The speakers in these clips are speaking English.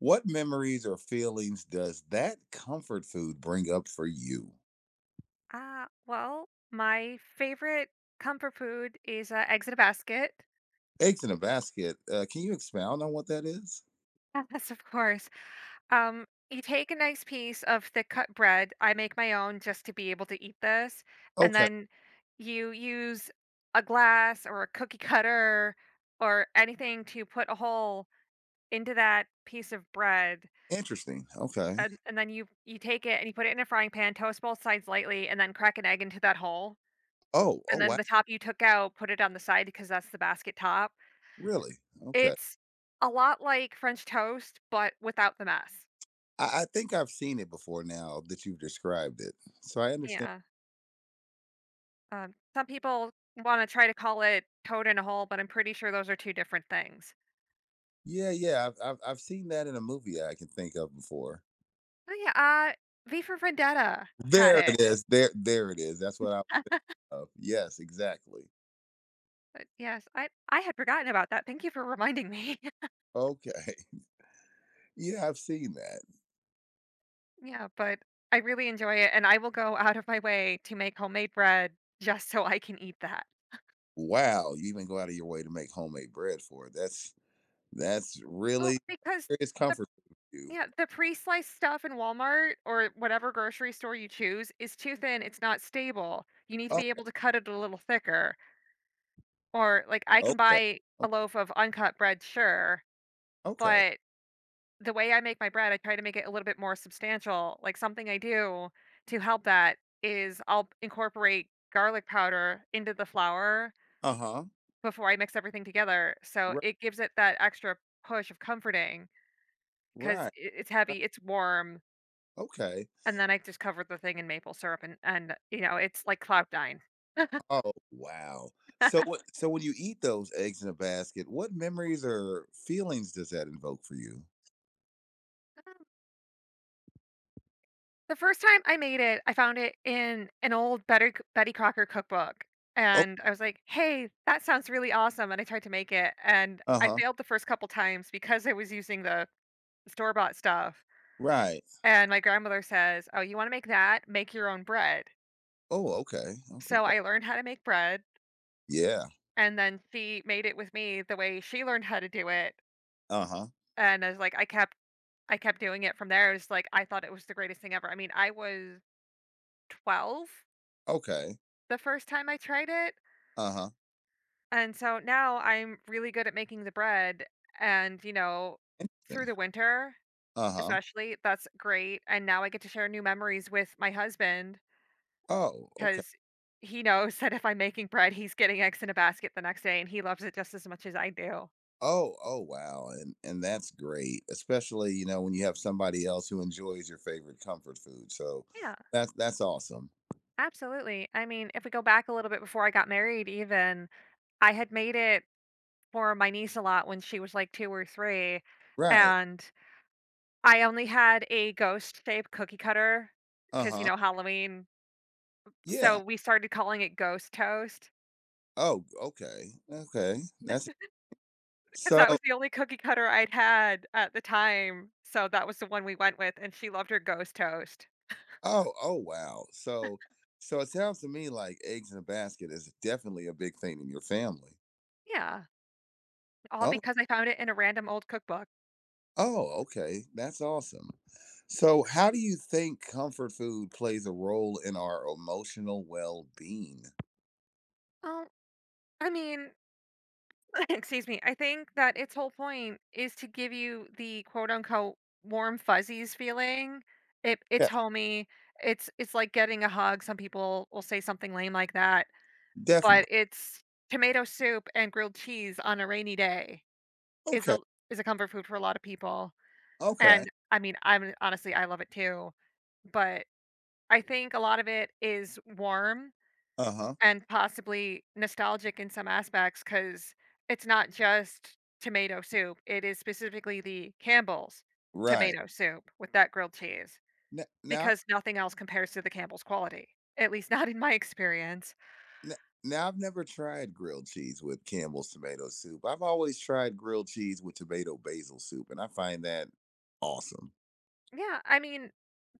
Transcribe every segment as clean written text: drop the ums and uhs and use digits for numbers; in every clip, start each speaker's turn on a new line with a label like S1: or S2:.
S1: What memories or feelings does that comfort food bring up for you?
S2: My favorite comfort food is eggs in a basket.
S1: Eggs in a basket. Can you expound on what that is?
S2: Yes, of course. You take a nice piece of thick cut bread. I make my own just to be able to eat this, and
S1: Okay,
S2: then you use a glass or a cookie cutter or anything to put a hole into that piece of bread.
S1: interesting. Okay.
S2: And then you take it and you put it in a frying pan, toast both sides lightly, and then crack an egg into that hole.
S1: Oh,
S2: And
S1: oh
S2: then
S1: wow.
S2: the top you took out, put it on the side because that's the basket top.
S1: Really? Okay.
S2: It's a lot like French toast, but without the mess.
S1: I think I've seen it before now that you've described it. So I understand.
S2: Yeah. Some people wanna try to call it toad in a hole, but I'm pretty sure those are 2 different things.
S1: Yeah, yeah. I've seen that in a movie I can think of before.
S2: Oh, yeah, V for Vendetta had
S1: There
S2: it.
S1: it is. There it is. That's what I of. Yes, exactly.
S2: But yes, I had forgotten about that, thank you for reminding me.
S1: Okay. Yeah, I've seen that.
S2: Yeah, but I really enjoy it, and I will go out of my way to make homemade bread just so I can eat that.
S1: Wow, you even go out of your way to make homemade bread for it. That's
S2: Oh,
S1: really
S2: because
S1: serious comfort food for you.
S2: yeah, the pre-sliced stuff in Walmart or whatever grocery store you choose is too thin, it's not stable. You need to
S1: Oh,
S2: be able to cut it a little thicker. Or like I can
S1: okay.
S2: buy a
S1: O-
S2: loaf of uncut bread, sure,
S1: Okay.
S2: but the way I make my bread, I try to make it a little bit more substantial. Like something I do to help that is I'll incorporate garlic powder into the flour
S1: Uh-huh.
S2: before I mix everything together. So
S1: Right.
S2: it gives it that extra push of comforting because
S1: Right.
S2: it's
S1: Right.
S2: heavy, it's warm.
S1: Okay.
S2: And then I just covered the thing in maple syrup and you know, it's like cloud nine.
S1: Oh, wow. So when you eat those eggs in a basket, what memories or feelings does that invoke for you?
S2: Um, the first time I made it, I found it in an old Betty Crocker cookbook,
S1: Oh,
S2: and I was like, "Hey, that sounds really awesome," and I tried to make it, and I
S1: uh-huh.
S2: failed the first couple times because I was using the store-bought stuff,
S1: Right.
S2: and my grandmother says, "Oh, you wanna make that? Make your own bread."
S1: Oh, okay. Okay.
S2: So I learned how to make bread,
S1: Yeah.
S2: and then she made it with me the way she learned how to do it,
S1: Uh-huh.
S2: and I was like I kept doing it from there. It was like I thought it was the greatest thing ever. I mean, I was 12
S1: Okay.
S2: the first time I tried it,
S1: Uh-huh.
S2: and so now I'm really good at making the bread and, you know, through
S1: Interesting.
S2: the winter
S1: Uh-huh.
S2: especially, that's great, and now I get to share new memories with my husband
S1: Oh, okay.
S2: because he knows that if I'm making bread, he's getting eggs in a basket the next day, and he loves it just as much as I do.
S1: Oh, oh wow. And that's great, especially, you know, when you have somebody else who enjoys your favorite comfort food. So
S2: Yeah,
S1: that's awesome.
S2: absolutely. I mean, if we go back a little bit before I got married even, I had made it for my niece a lot when she was like 2 or 3,
S1: Right.
S2: and I only had a ghost-shaped cookie cutter because you
S1: Uh-huh.
S2: know, Halloween, so
S1: Yeah.
S2: we started calling it ghost toast
S1: Oh, okay. Okay. That's
S2: because
S1: so
S2: that was the only cookie cutter I'd had at the time, so that was the one we went with, and she loved her ghost toast.
S1: oh, oh wow. So it sounds to me like eggs in a basket is definitely a big thing in your family.
S2: Yeah, all
S1: Oh,
S2: because I found it in a random old cookbook.
S1: oh, okay. That's awesome. So how do you think comfort food plays a role in our emotional well-being?
S2: Well, I mean, excuse me. I think that its whole point is to give you the quote unquote warm fuzzies feeling. It's
S1: Yeah,
S2: homey. It's like getting a hug. Some people will say something lame like that,
S1: definitely.
S2: but it's tomato soup and grilled cheese on a rainy day is
S1: Okay.
S2: a is a comfort food for a lot of people.
S1: Okay.
S2: And I mean, I'm honestly I love it too, but I think a lot of it is warm
S1: Uh-huh.
S2: and possibly nostalgic in some aspects because it's not just tomato soup. It is specifically the Campbell's
S1: Right.
S2: tomato soup with that grilled cheese
S1: N- Now,
S2: because nothing else compares to the Campbell's quality, at least not in my experience.
S1: n- now, I've never tried grilled cheese with Campbell's tomato soup. I've always tried grilled cheese with tomato basil soup, and I find that awesome.
S2: Yeah, I mean,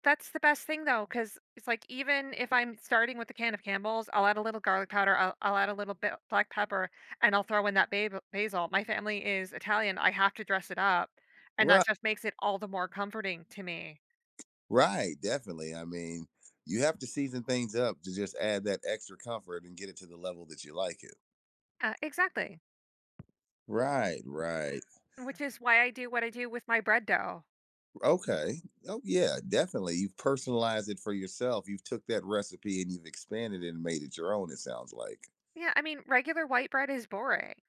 S2: that's the best thing though, because it's like even if I'm starting with a can of Campbell's, I'll add a little garlic powder, I'll add a little bit black pepper, and I'll throw in that basil. My family is Italian. I have to dress it up. And that
S1: Right.
S2: just makes it all the more comforting to me.
S1: Right. Definitely. I mean, you have to season things up to just add that extra comfort and get it to the level that you like it.
S2: Yeah, exactly.
S1: Right, right.
S2: Which is why I do what I do with my bread dough.
S1: Okay. Oh yeah, definitely. You've personalized it for yourself. You've took that recipe and you've expanded it and made it your own, it sounds like.
S2: Yeah, I mean, regular white bread is boring.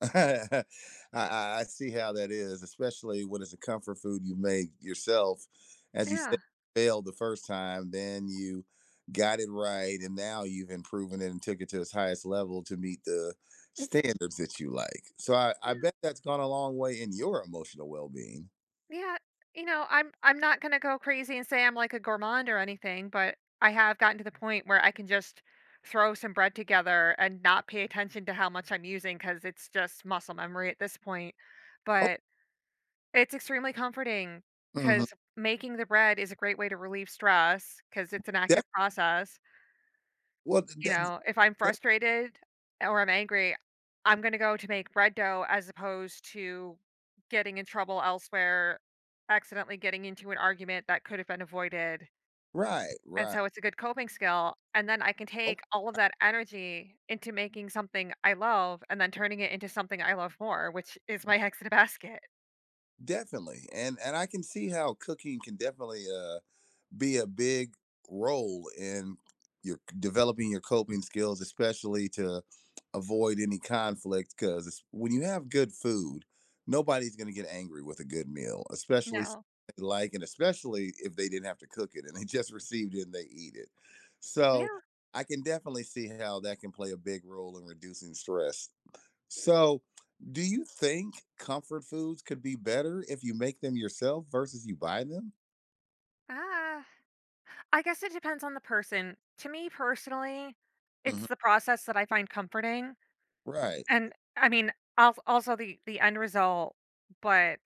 S1: I, I see how that is, especially when it's a comfort food you make yourself. As you
S2: Yeah.
S1: said, you failed the first time, then you got it right, and now you've improved it and took it to its highest level to meet the standards that you like. So I
S2: Yeah.
S1: bet that's gone a long way in your emotional well being.
S2: Yeah. You know, I'm not gonna go crazy and say I'm like a gourmand or anything, but I have gotten to the point where I can just throw some bread together and not pay attention to how much I'm using because it's just muscle memory at this point.
S1: Oh,
S2: But it's extremely comforting
S1: mhm.
S2: because making the bread is a great way to relieve stress because it's an
S1: Def-
S2: active process.
S1: well,
S2: You
S1: de- de-
S2: know, if I'm frustrated or I'm angry, I'm going to go to make bread dough as opposed to getting in trouble elsewhere, accidentally getting into an argument that could have been avoided.
S1: right,
S2: And
S1: right.
S2: so it's a good coping skill. And then I can take
S1: Okay,
S2: all of that energy into making something I love and then turning it into something I love more, which is my eggs in a basket.
S1: definitely. And I can see how cooking can definitely, be a big role in your developing your coping skills, especially to avoid any conflict. Because when you have good food, nobody's going to get angry with a good meal, especially something
S2: No.
S1: they like, and especially if they didn't have to cook it and they just received it and they eat it. So
S2: Yeah.
S1: I can definitely see how that can play a big role in reducing stress. So, do you think comfort foods could be better if you make them yourself versus you buy them?
S2: Ah. I guess it depends on the person. To me personally, it's
S1: Mhm.
S2: the process that I find comforting.
S1: Right.
S2: And I mean, also the end result, but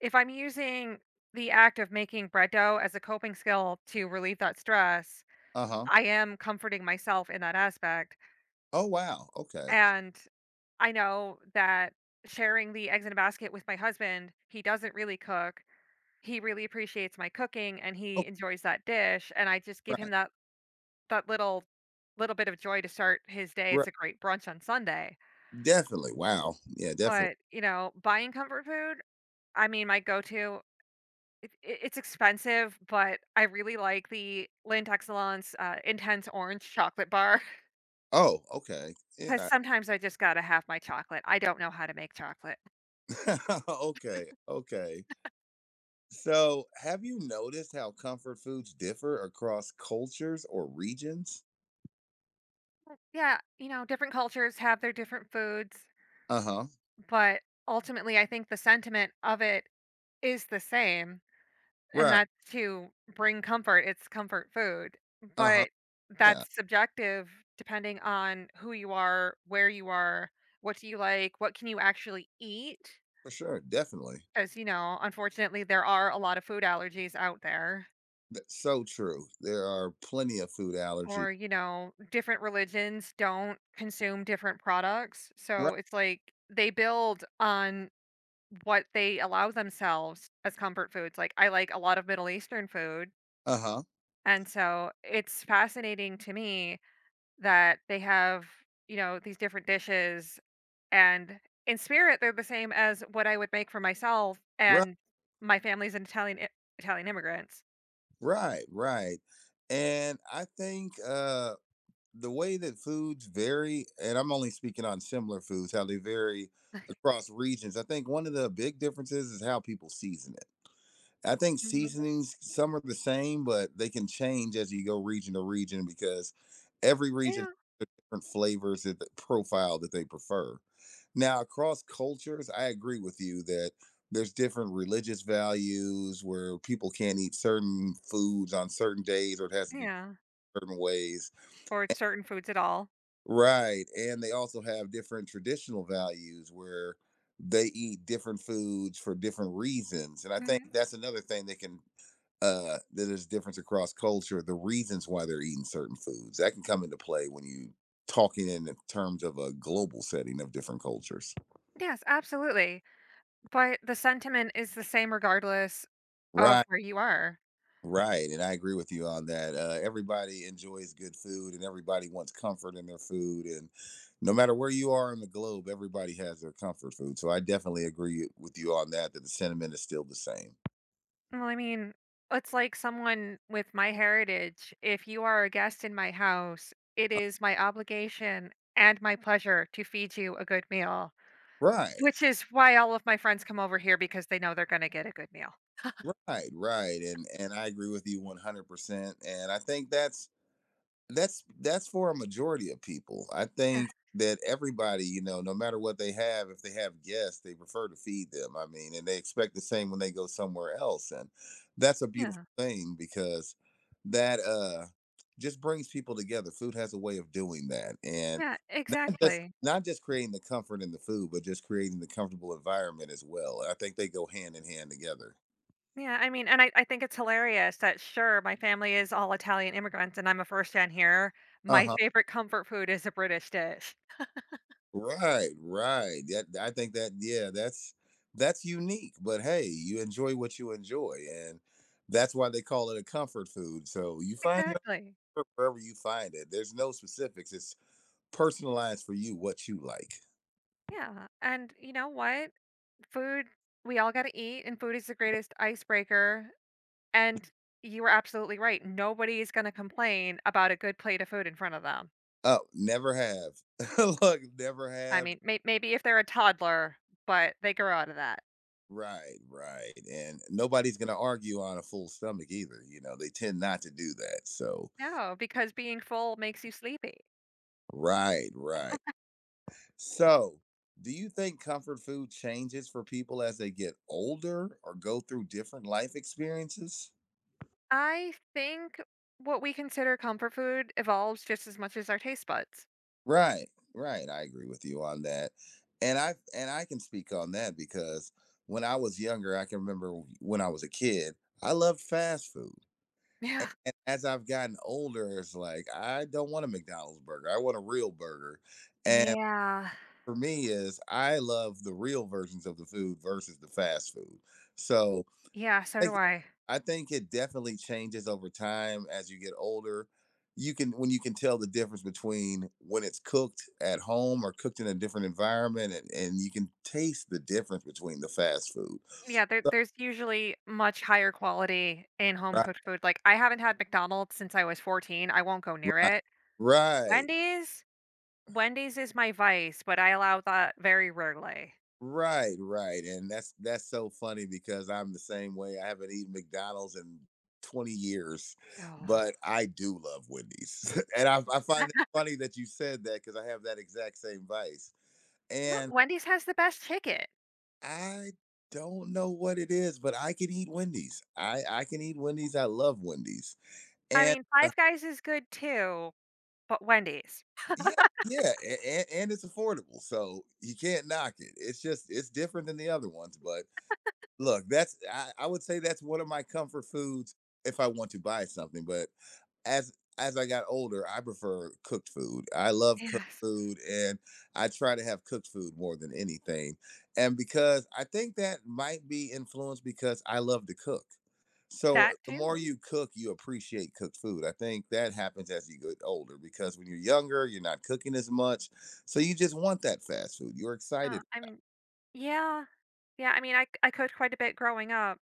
S2: if I'm using the act of making bread dough as a coping skill to relieve that stress,
S1: Uh huh.
S2: I am comforting myself in that aspect,
S1: Oh, wow, okay.
S2: and I know that sharing the eggs in a basket with my husband, he doesn't really cook, he really appreciates my cooking, and
S1: Oh,
S2: he enjoys that dish, and I just give him
S1: right,
S2: that that little bit of joy to start his day,
S1: right,
S2: it's a great brunch on Sunday,
S1: definitely, wow, yeah, definitely.
S2: but, you know, buying comfort food I mean, my go-to it's expensive, but I really like the Lint Excellence Intense Orange Chocolate Bar
S1: Oh, okay, and
S2: because
S1: I
S2: sometimes I just gotta have my chocolate. I don't know how to make chocolate.
S1: okay, okay. So, have you noticed how comfort foods differ across cultures or regions?
S2: Yeah, you know, different cultures have their different foods,
S1: Uh-huh,
S2: but ultimately, I think the sentiment of it is the same, and
S1: right,
S2: that's to bring comfort. It's comfort food,
S1: uh-huh,
S2: but
S1: yeah,
S2: that's subjective depending on who you are, where you are, what do you like, what can you actually eat.
S1: for sure, definitely.
S2: Because, you know, unfortunately, there are a lot of food allergies out there.
S1: That's so true. There are plenty of food allergies.
S2: Or, you know, different religions don't consume different products. So
S1: Right,
S2: it's like they build on what they allow themselves as comfort foods. Like, I like a lot of Middle Eastern food.
S1: uh-huh,
S2: And so it's fascinating to me that they have, you know, these different dishes. And in spirit, they're the same as what I would make for myself.
S1: right,
S2: And my family's an Italian, immigrants.
S1: right, right. And I think the way that foods vary, and I'm only speaking on similar foods, how they vary across regions. I think one of the big differences is how people season it. I think
S2: Mhm.
S1: seasonings, some are the same, but they can change as you go region to region because every region
S2: Yeah.
S1: has different flavors that the profile that they prefer. Now, across cultures, I agree with you that there's different religious values where people can't eat certain foods on certain days or it has to be
S2: Yeah,
S1: certain ways.
S2: or certain foods at all.
S1: Right. And they also have different traditional values where they eat different foods for different reasons. And I
S2: Mhm.
S1: think that's another thing that can that there's difference across culture, the reasons why they're eating certain foods. That can come into play when you talking in the terms of a global setting of different cultures.
S2: Yes, absolutely. But the sentiment is the same regardless of
S1: Right.
S2: where you are.
S1: Right, and I agree with you on that. Everybody enjoys good food, and everybody wants comfort in their food. And no matter where you are in the globe, everybody has their comfort food. So I definitely agree with you on that. That the sentiment is still the same.
S2: Well, I mean, it's like someone with my heritage. If you are a guest in my house, it is my obligation and my pleasure to feed you a good meal,
S1: Right,
S2: which is why all of my friends come over here because they know they're going to get a good meal.
S1: right, right. And I agree with you 100%. And I think that's for a majority of people. I
S2: Yeah,
S1: think that everybody, no matter what they have, if they have guests, they prefer to feed them. I mean, and they expect the same when they go somewhere else, and that's a beautiful
S2: yeah,
S1: thing because that just brings people together. Food has a way of doing that, and
S2: yeah,
S1: not just
S2: exactly.
S1: not just creating the comfort in the food, but just creating the comfortable environment as well. I think they go hand in hand together.
S2: Yeah, I mean, and I think it's hilarious that sure, my family is all Italian immigrants and I'm a first gen here.
S1: Uh
S2: My
S1: huh.
S2: favorite comfort food is a British dish.
S1: Right, right. That I think that yeah, that's unique. But hey, you enjoy what you enjoy, and that's why they call it a comfort food. So you find your
S2: Exactly.
S1: comfort wherever you find it. There's no specifics. It's personalized for you what you like.
S2: Yeah. And you know what? Food, we all got to eat, and food is the greatest icebreaker. And you were absolutely right. Nobody is going to complain about a good plate of food in front of them.
S1: Oh, never have. Look, never
S2: I
S1: have.
S2: mean, maybe if they're a toddler, but they grow out of that.
S1: Right, right. And nobody's gonna argue on a full stomach either. You know, they tend not to do that. So
S2: No, because being full makes you sleepy.
S1: right, right. So, do you think comfort food changes for people as they get older or go through different life experiences?
S2: I think what we consider comfort food evolves just as much as our taste buds.
S1: Right, right. I agree with you on that. And I can speak on that because when I was younger, I can remember when I was a kid, I loved fast food.
S2: Yeah.
S1: And as I've gotten older, it's like I don't want a McDonald's burger. I want a real burger. And
S2: Yeah.
S1: for me is I love the real versions of the food versus the fast food. So,
S2: Yeah, so do
S1: think
S2: I.
S1: I think it definitely changes over time as you get older. You can when you can tell the difference between when it's cooked at home or cooked in a different environment, and you can taste the difference between the fast food.
S2: Yeah,
S1: So-
S2: there's usually much higher quality in home
S1: Right,
S2: cooked food. Like I haven't had McDonald's since I was 14. I won't go near
S1: right,
S2: it.
S1: right,
S2: Wendy's, Wendy's is my vice, but I allow that very rarely.
S1: right, right. And that's so funny because I'm the same way. I haven't eaten McDonald's in 20 years,
S2: Oh.
S1: but I do love Wendy's, and I find it funny that you said that because I have that exact same vice
S2: Look,
S1: and
S2: Wendy's has the best chicken.
S1: I don't know what it is, but I can eat Wendy's. I can eat Wendy's. I love Wendy's,
S2: I
S1: and
S2: mean, Five Guys is good too, but Wendy's.
S1: yeah, yeah, and it's affordable, so you can't knock it. It's just it's different than the other ones, but look, I would say that's one of my comfort foods if I want to buy something. But as as I got older, I prefer cooked food. I love cooked
S2: Yes.
S1: food and I try to have cooked food more than anything. And because I think that might be influenced because I love to cook. So
S2: That
S1: the more
S2: too.
S1: you cook, you appreciate cooked food. I think that happens as you get older because when you're younger, you're not cooking as much. So you just want that fast food. You're
S2: Uh,
S1: excited.
S2: I mean, Yeah. Yeah, I mean, I cooked quite a bit growing up,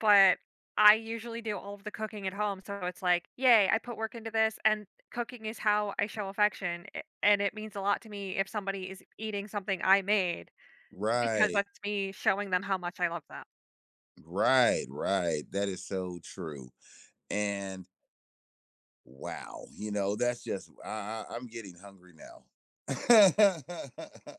S2: but I usually do all of the cooking at home, so it's like, "Yay, I put work into this," and cooking is how I show affection, a and it means a lot to me if somebody is eating something I made because
S1: Right.
S2: that's me showing them how much I love them.
S1: Right, right. That is so true. And wow, I am getting hungry now.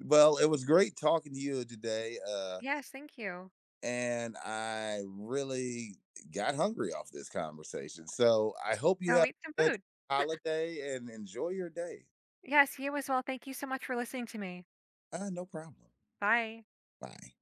S1: Well, it was great talking to you today,
S2: Yes, thank you.
S1: and I really got hungry off this conversation, so I hope you
S2: Go
S1: have
S2: eat some
S1: a good
S2: food.
S1: holiday and enjoy your day.
S2: Yes, you as well, thank you so much for listening to me.
S1: No problem.
S2: Bye.
S1: Bye.